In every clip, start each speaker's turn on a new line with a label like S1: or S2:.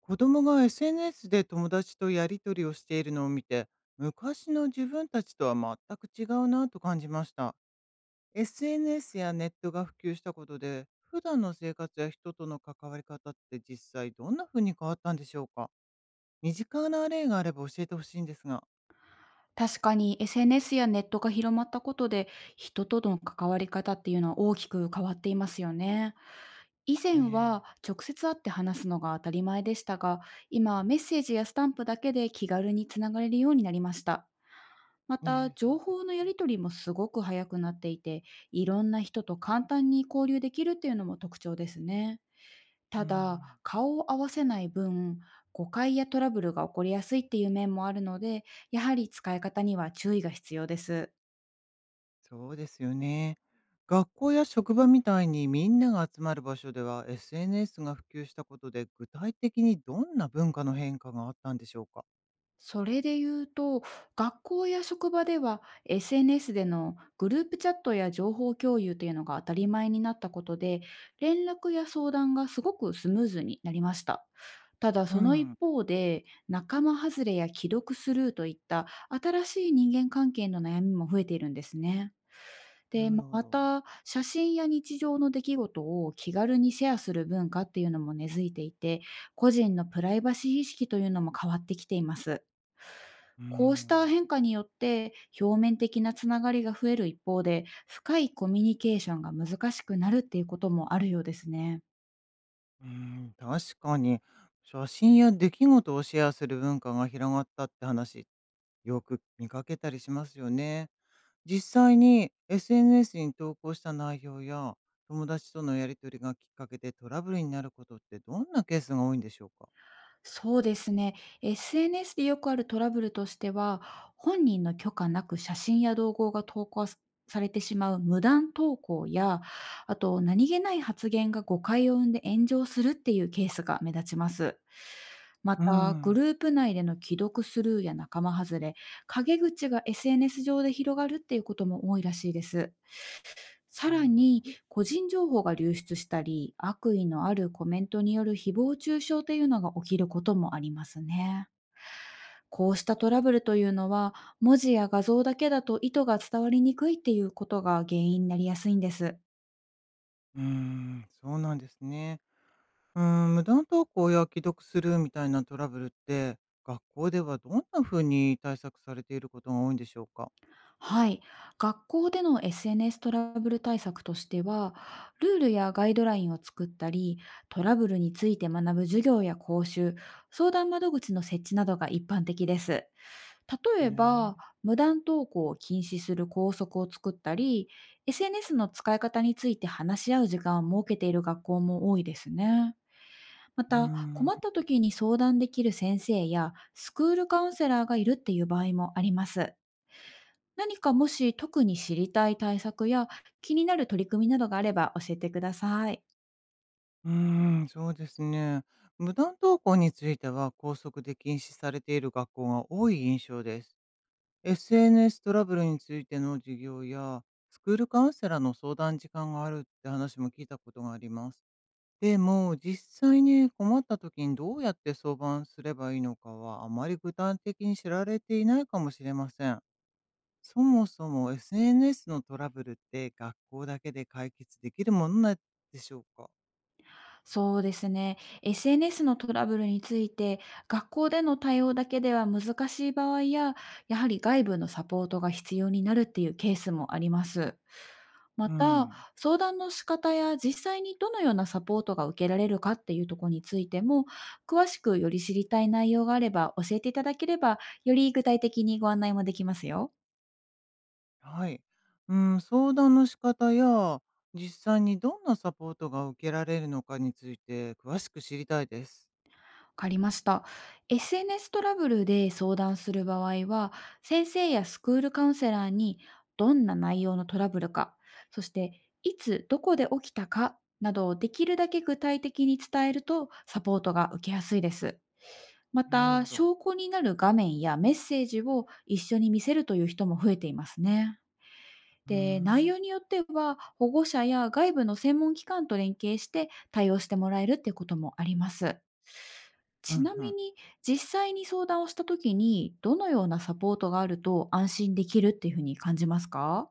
S1: 子供が SNS で友達とやり取りをしているのを見て、昔の自分たちとは全く違うなと感じました。SNS やネットが普及したことで、普段の生活や人との関わり方って実際どんな風に変わったんでしょうか？身近な例があれば教えてほしいんですが。
S2: 確かに SNS やネットが広まったことで人との関わり方っていうのは大きく変わっていますよね。以前
S1: ね
S2: は直接会って話すのが当たり前でしたが、今はメッセージやスタンプだけで気軽につながれるようになりました。ま
S1: え、
S2: た、
S1: ねえ、そ
S2: 情
S1: うで
S2: 報
S1: す
S2: のや
S1: ね。
S2: り取りもすごく早くなっていて、いろんな人と簡単に交流できるっていうのも特徴ですね。
S1: う
S2: た
S1: ん。
S2: だ、顔を合わせない分、誤解やトラブルが起こりやすいっていう面もあるので、やはり使い方には注意が必要です。
S1: そうですよね。学校や職場みたいにみんなが集まる場所では SNS が普及したことで具体的にどんな文化の変化があったんでしょうか？
S2: それで言うと、学校や職場では SNS でのグループチャットや情報共有というのが当たり前になったことで、連絡や相談がすごくスムーズになりました。ただ
S1: う
S2: その一
S1: ん、
S2: 方で、仲間外れや既読スルーといった新しい人間関係の悩みも増えているんですね。で、
S1: なるほ
S2: ま
S1: ど。
S2: た、写真や日常の出来事を気軽にシェアする文化っていうのも根付いていて、個人のプライバシー意識というのも変わってきています。
S1: う
S2: こうした
S1: ん。
S2: 変化によって、表面的なつながりが増える一方で、深いコミュニケーションが難しくなるっていうこともあるようですね。
S1: うん、確かに写真や出来事をシェアする文化が広がったって話、よく見かけたりしますよね。実際に SNS に投稿した内容や友達とのやり取りがきっかけでトラブルになることってどんなケースが多いんでしょうか？
S2: そうですね。SNS でよくあるトラブルとしては、本人の許可なく写真や動画が投稿されてしまう無断投稿や、あと何気ない発言が誤解を生んで炎上するっていうケースが目立ちます。ま
S1: うー
S2: た、グ
S1: ん、
S2: ループ内での既読スルーや仲間外れ、陰口が SNS 上で広がるっていうことも多いらしいです。さ
S1: な
S2: ら
S1: るほど。
S2: に、個人情報が流出したり、悪意のあるコメントによる誹謗中傷というのが起きることもありますね。こうしたトラブルというのは、文字や画像だけだと意図が伝わりにくいっていうことが原因になりやすいんです。
S1: うーん、そうなんですね。うーん、無断投稿や既読するみたいなトラブルって、学校ではどんな風に対策されていることが多いんでしょうか？
S2: はい。学校での SNS トラブル対策としては、ルールやガイドラインを作ったり、トラブルについて学ぶ授業や講習、相談窓口の設置などが一般的です。例え
S1: ね
S2: ば、
S1: え。
S2: 無断投稿を禁止する校則を作ったり、SNS の使い方について話し合う時間を設けている学校も多いですね。ま
S1: うー
S2: た、
S1: ん、
S2: 困った時に相談できる先生やスクールカウンセラーがいるっていう場合もあります。何かもし特に知りたい対策や気になる取り組みなどがあれば教えてください。
S1: うーん、そうですね。無断投稿については、校則で禁止されている学校が多い印象です。SNS トラブルについての授業や、スクールカウンセラーの相談時間があるって話も聞いたことがあります。でも、実際に困った時にどうやって相談すればいいのかは、あまり具体的に知られていないかもしれません。そもそも SNS のトラブルって学校だけで解決できるものなんでしょうか？
S2: そうですね。SNS のトラブルについて、学校での対応だけでは難しい場合や、やはり外部のサポートが必要になるっていうケースもあります。ま
S1: う
S2: た、
S1: ん。
S2: 相談の仕方や実際にどのようなサポートが受けられるかっていうところについても、詳しくより知りたい内容があれば教えていただければ、より具体的にご案内もできますよ。
S1: はい。うん、相談の仕方や、実際にどんなサポートが受けられるのかについて詳しく知りたいです。
S2: わかりました。SNS トラブルで相談する場合は、先生やスクールカウンセラーに、どんな内容のトラブルか、そしていつどこで起きたかなどをできるだけ具体的に伝えると、サポートが受けやすいです。ま
S1: なる
S2: た、
S1: ほど。
S2: 証拠になる画面やメッセージを一緒に見せるという人も増えていますね。
S1: うー
S2: で、内
S1: ん。
S2: 容によっては、保護者や外部の専門機関と連携して対応してもらえるっていうこともあります。
S1: う
S2: ち
S1: ん
S2: な
S1: う
S2: み
S1: ん。
S2: に、実際に相談をした時に、どのようなサポートがあると安心できるっていうふうに感じますか？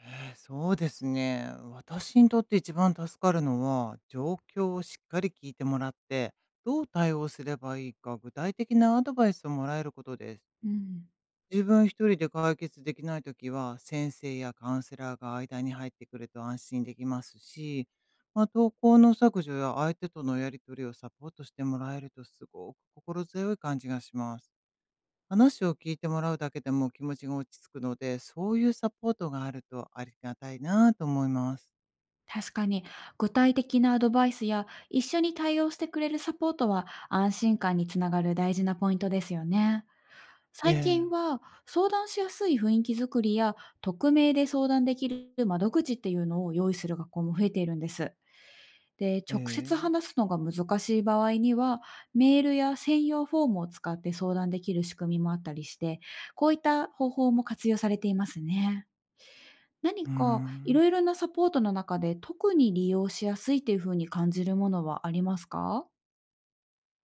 S1: えそうですね。私にとって一番助かるのは、状況をしっかり聞いてもらって、どう対応すればいいか具体的なアドバイスをもらえることです。
S2: うん、
S1: 自分一人で解決できないときは、先生やカウンセラーが間に入ってくると安心できますし、まあ、投稿の削除や相手とのやり取りをサポートしてもらえるとすごく心強い感じがします。話を聞いてもらうだけでも気持ちが落ち着くので、そういうサポートがあるとありがたいなと思います。
S2: 確かに、具体的なアドバイスや一緒に対応してくれるサポートは安心感につながる大事なポイントですよね。
S1: え
S2: 最近
S1: え。
S2: は、相談しやすい雰囲気づくりや、匿名で相談できる窓口っていうのを用意する学校も増えているんです。で、
S1: え
S2: 直接
S1: え。
S2: 話すのが難しい場合には、メールや専用フォームを使って相談できる仕組みもあったりして、こういった方法も活用されていますね。何
S1: うー
S2: かい
S1: ん。
S2: ろいろなサポートの中で、特に利用しやすいっていうふうに感じるものはありますか？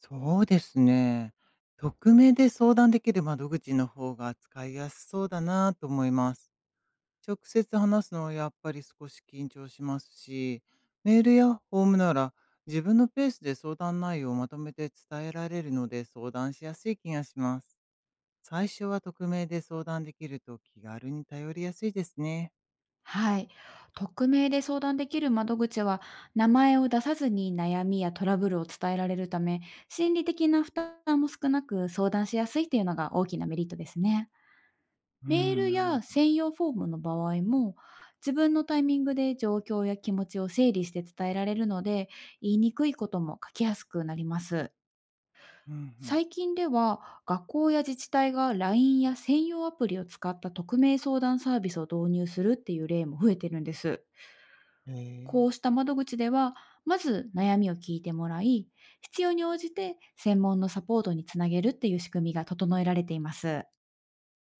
S1: そうですね。匿名で相談できる窓口の方が使いやすそうだなと思います。直接話すのはやっぱり少し緊張しますし、メールやフォームなら自分のペースで相談内容をまとめて伝えられるので相談しやすい気がします。最初は匿名で相談できると気軽に頼りやすいですね。
S2: はい。匿名で相談できる窓口は、名前を出さずに悩みやトラブルを伝えられるため、心理的な負担も少なく相談しやすいというのが大きなメリットですね。
S1: う
S2: メー
S1: ん、
S2: ル
S1: なるほ
S2: や
S1: ど。
S2: 専用フォームの場合も、自分のタイミングで状況や気持ちを整理して伝えられるので、言いにくいことも書きやすくなります。
S1: うん、うん。
S2: 最近では、学校や自治体が LINE や専用アプリを使った匿名相談サービスを導入するっていう例も増えてるんです。
S1: へ
S2: こ
S1: え。
S2: うした窓口では、まず悩みを聞いてもらい、必要に応じて専門のサポートにつなげるっていう仕組みが整えられています。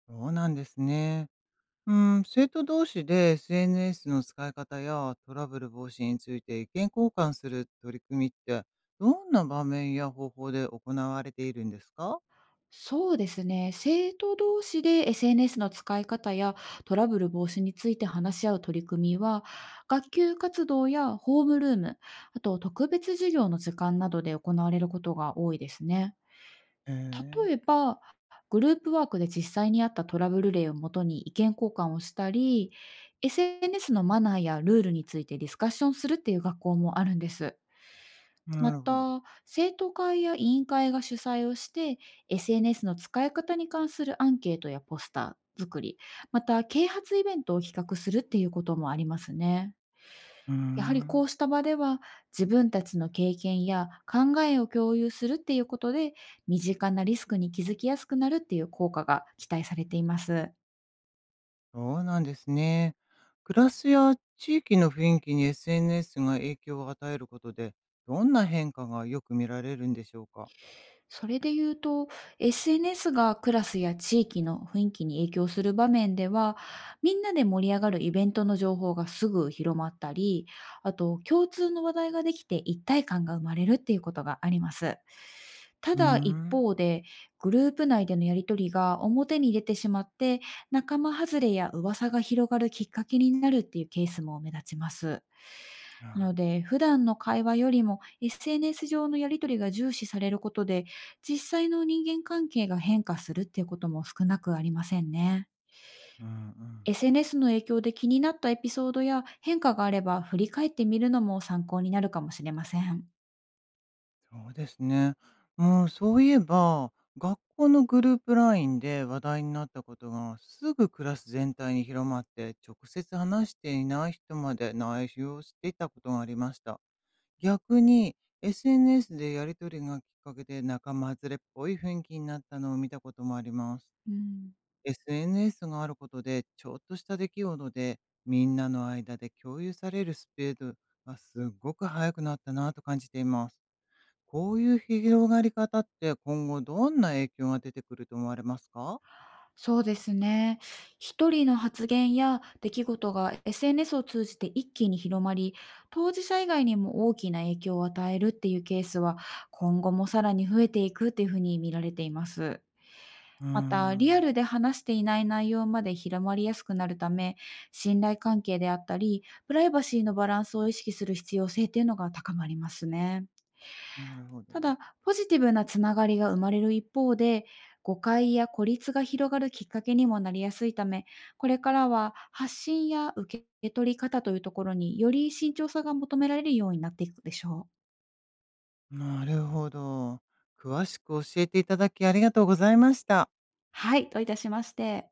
S1: そうなんですね。うん、生徒同士で SNS の使い方やトラブル防止について意見交換する取り組みってどんな場面や方法で行われているんですか？
S2: そうですね。生徒同士で SNS の使い方やトラブル防止について話し合う取り組みは、学級活動やホームルーム、あと特別授業の時間などで行われることが多いですね。
S1: へえ。
S2: 例えば、グループワークで実際にあったトラブル例をもとに意見交換をしたり、SNS のマナーやルールについてディスカッションするっていう学校もあるんです。
S1: な
S2: ま
S1: るほど。
S2: た、生徒会や委員会が主催をして、SNS の使い方に関するアンケートやポスター作り、また、啓発イベントを企画するっていうこともありますね。
S1: うー
S2: やはりこ
S1: ん。
S2: うした場では、自分たちの経験や考えを共有するっていうことで、身近なリスクに気づきやすくなるっていう効果が期待されています。
S1: そうなんですね。暮らしや地域の雰囲気に SNS が影響を与えることで、どんな変化がよく見られるんでしょうか？
S2: それで言うと、SNS がクラスや地域の雰囲気に影響する場面では、みんなで盛り上がるイベントの情報がすぐ広まったり、あと共通の話題ができて一体感が生まれるっていうことがあります。た
S1: うー
S2: だ一
S1: ん。
S2: 方で、グループ内でのやりとりが表に出てしまって、仲間外れや噂が広がるきっかけになるっていうケースも目立ちます。なの
S1: あ
S2: で、普段の会話よりも SNS 上のやり取りが重視されることで、実際の人間関係が変化するっていうことも少なくありませんね。
S1: ーうんうん。
S2: SNS の影響で気になったエピソードや変化があれば、振り返ってみるのも参考になるかもしれません。
S1: そうですね。もうそういえば、学校のグループラインで話題になったことが、すぐクラス全体に広まって、直接話していない人まで内容をしていたことがありました。逆に SNS でやり取りがきっかけで仲間外れっぽい雰囲気になったのを見たこともあります。
S2: うん、
S1: SNS があることで、ちょっとした出来事でみんなの間で共有されるスピードがすごく速くなったなと感じています。こういう広がり方って今後どんな影響が出てくると思われますか？
S2: そうですね。一人の発言や出来事が SNS を通じて一気に広まり、当事者以外にも大きな影響を与えるっていうケースは、今後もさらに増えていくっていうふうに見られています。
S1: うー
S2: また、リア
S1: ん、
S2: ルで話していない内容まで広まりやすくなるため、信頼関係であったり、プライバシーのバランスを意識する必要性っていうのが高まりますね。
S1: なるほど。
S2: ただ、ポジティブなつながりが生まれる一方で、誤解や孤立が広がるきっかけにもなりやすいため、これからは発信や受け取り方というところに、より慎重さが求められるようになっていくでしょう。
S1: なるほど。詳しく教えていただきありがとうございました。
S2: はい、といたしまして。